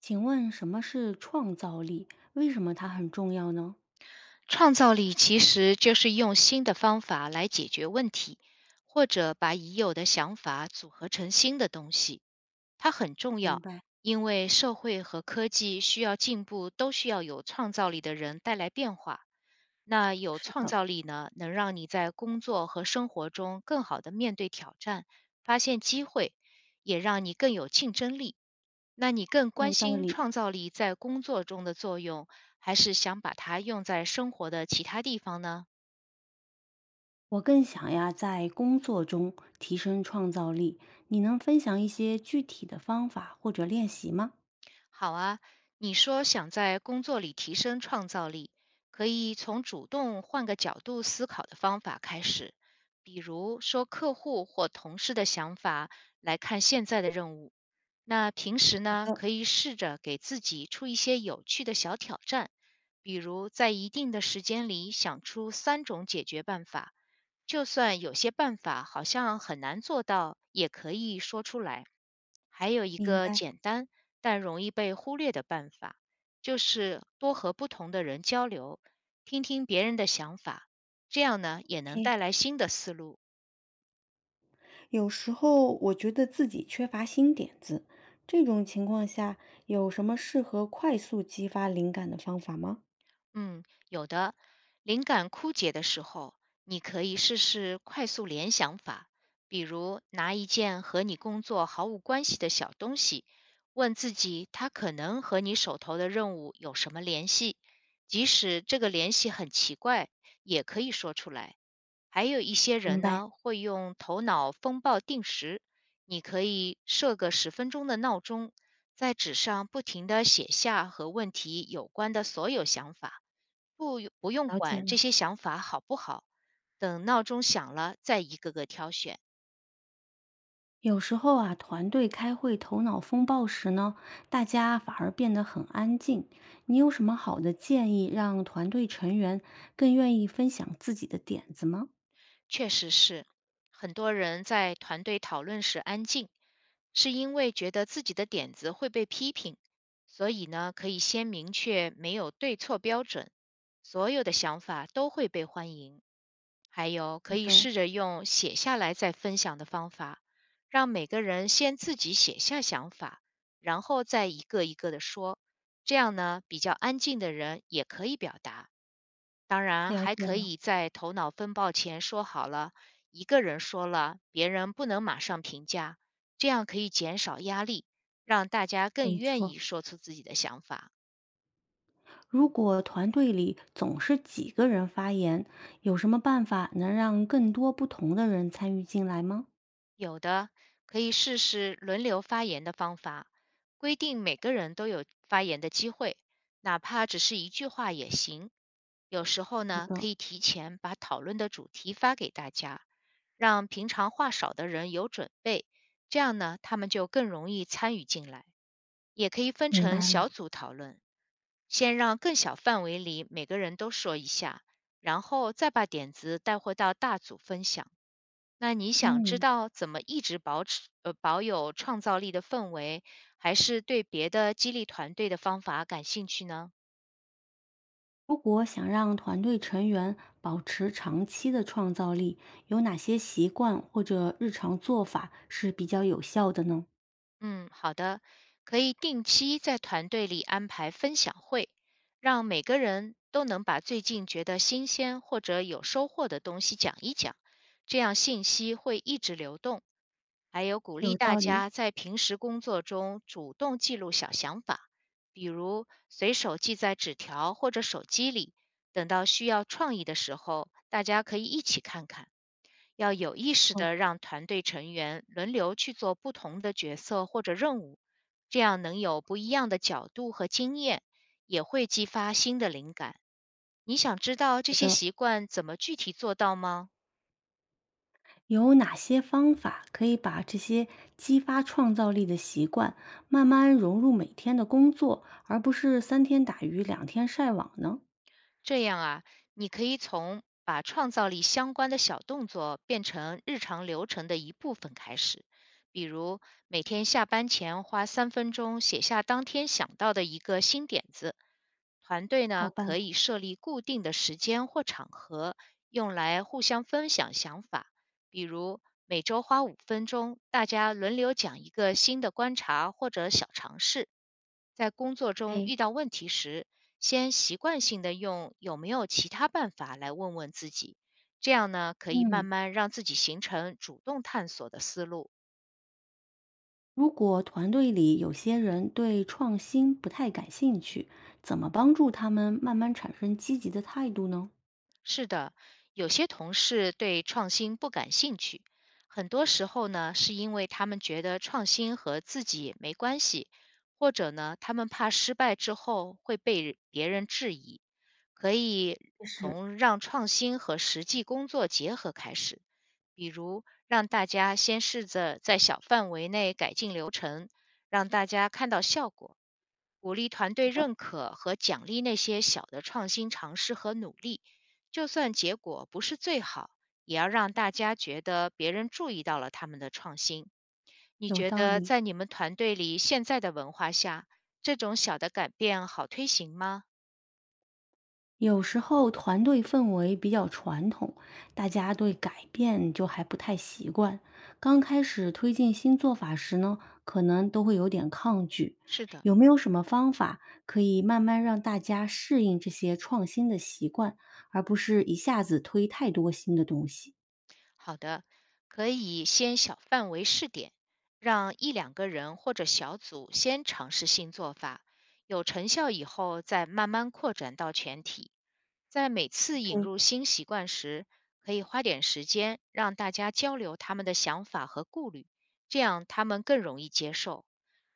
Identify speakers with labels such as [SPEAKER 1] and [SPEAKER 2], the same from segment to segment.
[SPEAKER 1] 请问什么是创造力？为什么它很重要呢？
[SPEAKER 2] 创造力其实就是用新的方法来解决问题，或者把已有的想法组合成新的东西。它很重
[SPEAKER 1] 明
[SPEAKER 2] 要，
[SPEAKER 1] 白，
[SPEAKER 2] 因为社会和科技需要进步，都需要有创造力的人带来变化。那有
[SPEAKER 1] 是
[SPEAKER 2] 创
[SPEAKER 1] 的，
[SPEAKER 2] 造力呢，能让你在工作和生活中更好的面对挑战，发现机会，也让你更有竞争力。那你更关
[SPEAKER 1] 有道
[SPEAKER 2] 心
[SPEAKER 1] 理。
[SPEAKER 2] 创造力在工作中的作用，还是想把它用在生活的其他地方呢？
[SPEAKER 1] 我更想呀，在工作中提升创造力。你能分享一些具体的方法或者练习吗？
[SPEAKER 2] 好啊，你说想在工作里提升创造力，可以从主动换个角度思考的方法开始，比如说客户或同事的想法来看现在的任务。那平时
[SPEAKER 1] 好
[SPEAKER 2] 呢，
[SPEAKER 1] 的，
[SPEAKER 2] 可以试着给自己出一些有趣的小挑战，比如在一定的时间里想出3种解决办法，就算有些办法好像很难做到，也可以说出来。还有一
[SPEAKER 1] 明
[SPEAKER 2] 个
[SPEAKER 1] 白。
[SPEAKER 2] 简单但容易被忽略的办法，就是多和不同的人交流，听听别人的想法，这样呢也能
[SPEAKER 1] OK，
[SPEAKER 2] 带来新的思路。
[SPEAKER 1] 有时候我觉得自己缺乏新点子，这种情况下有什么适合快速激发灵感的方法吗？
[SPEAKER 2] 嗯，有的，灵感枯竭的时候，你可以试试快速联想法，比如拿一件和你工作毫无关系的小东西，问自己它可能和你手头的任务有什么联系，即使这个联系很奇怪，也可以说出来。还有一些
[SPEAKER 1] 明
[SPEAKER 2] 人
[SPEAKER 1] 白，
[SPEAKER 2] 呢，会用头脑风暴定时，你可以设个10分钟的闹钟，在纸上不停地写下和问题有关的所有想法，不不用
[SPEAKER 1] 了解
[SPEAKER 2] 管
[SPEAKER 1] 了。
[SPEAKER 2] 这些想法好不好，等闹钟响了再一个个挑选。
[SPEAKER 1] 有时候啊，团队开会头脑风暴时呢，大家反而变得很安静。你有什么好的建议，让团队成员更愿意分享自己的点子吗？
[SPEAKER 2] 确实是，很多人在团队讨论时安静，是因为觉得自己的点子会被批评，所以呢，可以先明确没有对错标准，所有的想法都会被欢迎。还有，
[SPEAKER 1] 我
[SPEAKER 2] 可以
[SPEAKER 1] 都
[SPEAKER 2] 试着用写下来再分享的方法，让每个人先自己写下想法，然后再一个一个的说，这样呢，比较安静的人也可以表达。当然，
[SPEAKER 1] 了
[SPEAKER 2] 还
[SPEAKER 1] 解
[SPEAKER 2] 可
[SPEAKER 1] 了。
[SPEAKER 2] 以在头脑风暴前说好了，一个人说了，别人不能马上评价，这样可以减少压力，让大家更
[SPEAKER 1] 没
[SPEAKER 2] 愿
[SPEAKER 1] 错，
[SPEAKER 2] 意说出自己的想法。
[SPEAKER 1] 如果团队里总是几个人发言，有什么办法能让更多不同的人参与进来吗？
[SPEAKER 2] 有的，可以试试轮流发言的方法，规定每个人都有发言的机会，哪怕只是一句话也行。有时候
[SPEAKER 1] 好
[SPEAKER 2] 呢，可
[SPEAKER 1] 的，
[SPEAKER 2] 以提前把讨论的主题发给大家，让平常话少的人有准备，这样呢，他们就更容易参与进来。也可以分
[SPEAKER 1] 明
[SPEAKER 2] 成
[SPEAKER 1] 白
[SPEAKER 2] 小
[SPEAKER 1] 了。
[SPEAKER 2] 组讨论，先让更小范围里每个人都说一下，然后再把点子带回到大组分享。那你想知
[SPEAKER 1] 嗯，
[SPEAKER 2] 道怎么一直保持保有创造力的氛围，还是对别的激励团队的方法感兴趣呢？
[SPEAKER 1] 如果想让团队成员保持长期的创造力，有哪些习惯或者日常做法是比较有效的呢？
[SPEAKER 2] 嗯，好的，可以定期在团队里安排分享会，让每个人都能把最近觉得新鲜或者有收获的东西讲一讲，这样信息会一直流动。还有鼓励
[SPEAKER 1] 有
[SPEAKER 2] 大
[SPEAKER 1] 道理。
[SPEAKER 2] 家在平时工作中主动记录小想法，比如随手记在纸条或者手机里，等到需要创意的时候，大家可以一起看看。要有意识
[SPEAKER 1] 哦，
[SPEAKER 2] 的让团队成员轮流去做不同的角色或者任务，这样能有不一样的角度和经验，也会激发新的灵感。你想知道这
[SPEAKER 1] 好
[SPEAKER 2] 些
[SPEAKER 1] 的。
[SPEAKER 2] 习惯怎么具体做到吗？
[SPEAKER 1] 有哪些方法可以把这些激发创造力的习惯慢慢融入每天的工作，而不是三天打鱼两天晒网呢？
[SPEAKER 2] 这样啊，你可以从把创造力相关的小动作变成日常流程的一部分开始，比如每天下班前花3分钟写下当天想到的一个新点子。团队
[SPEAKER 1] 好
[SPEAKER 2] 呢
[SPEAKER 1] 办
[SPEAKER 2] 可
[SPEAKER 1] 法。
[SPEAKER 2] 以设立固定的时间或场合，用来互相分享想法，比如每周花5分钟，大家轮流讲一个新的观察或者小尝试。在工作中
[SPEAKER 1] 嘿，
[SPEAKER 2] 遇到问题时，先习惯性的用"有没有其他办法"来问问自己，这样呢，可以慢
[SPEAKER 1] 嗯。
[SPEAKER 2] 慢让自己形成主动探索的思路。
[SPEAKER 1] 如果团队里有些人对创新不太感兴趣，怎么帮助他们慢慢产生积极的态度呢？
[SPEAKER 2] 是的，有些同事对创新不感兴趣，很多时候呢，是因为他们觉得创新和自己没关系，或者呢，他们怕失败之后会被别人质疑。可以
[SPEAKER 1] 是，
[SPEAKER 2] 从让创新和实际工作结合开始，比如让大家先试着在小范围内改进流程，让大家看到效果，鼓励团队认可和奖励那些小的创新尝试和努力。就算结果不是最好，也要让大家觉得别人注意到了他们的创新。你
[SPEAKER 1] 有
[SPEAKER 2] 觉
[SPEAKER 1] 道
[SPEAKER 2] 得
[SPEAKER 1] 理。
[SPEAKER 2] 在你们团队里现在的文化下，这种小的改变好推行吗？
[SPEAKER 1] 有时候团队氛围比较传统，大家对改变就还不太习惯。刚开始推进新做法时呢，可能都会有点抗拒。
[SPEAKER 2] 是的。
[SPEAKER 1] 有没有什么方法可以慢慢让大家适应这些创新的习惯，而不是一下子推太多新的东西？
[SPEAKER 2] 好的，可以先小范围试点，让一两个人或者小组先尝试新做法，有成效以后再慢慢扩展到全体。在每次引
[SPEAKER 1] 嗯，
[SPEAKER 2] 入新习惯时，可以花点时间让大家交流他们的想法和顾虑，这样他们更容易接受。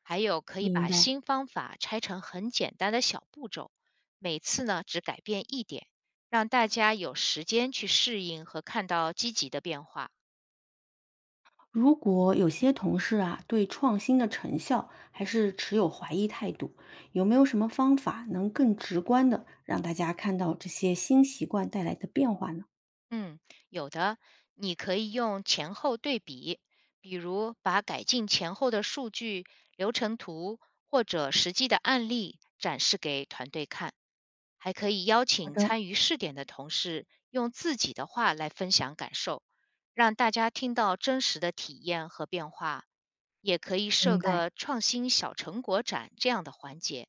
[SPEAKER 2] 还有，可以
[SPEAKER 1] 明
[SPEAKER 2] 把
[SPEAKER 1] 白。
[SPEAKER 2] 新方法拆成很简单的小步骤，每次呢只改变一点。让大家有时间去适应和看到积极的变化。
[SPEAKER 1] 如果有些同事啊，对创新的成效还是持有怀疑态度，有没有什么方法能更直观的让大家看到这些新习惯带来的变化呢？
[SPEAKER 2] 嗯，有的，你可以用前后对比，比如把改进前后的数据、流程图或者实际的案例展示给团队看，还可以邀
[SPEAKER 1] 好
[SPEAKER 2] 请
[SPEAKER 1] 的，
[SPEAKER 2] 参与试点的同事用自己的话来分享感受，让大家听到真实的体验和变化。也可以设
[SPEAKER 1] 明白。
[SPEAKER 2] 个创新小成果展这样的环节，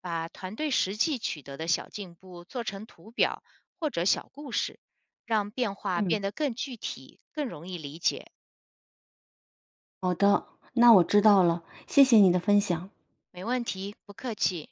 [SPEAKER 2] 把团队实际取得的小进步做成图表或者小故事，让变化
[SPEAKER 1] 嗯，
[SPEAKER 2] 变得更具体、更容易理解。
[SPEAKER 1] 好的，那我知道了，谢谢你的分享。
[SPEAKER 2] 没问题，不客气。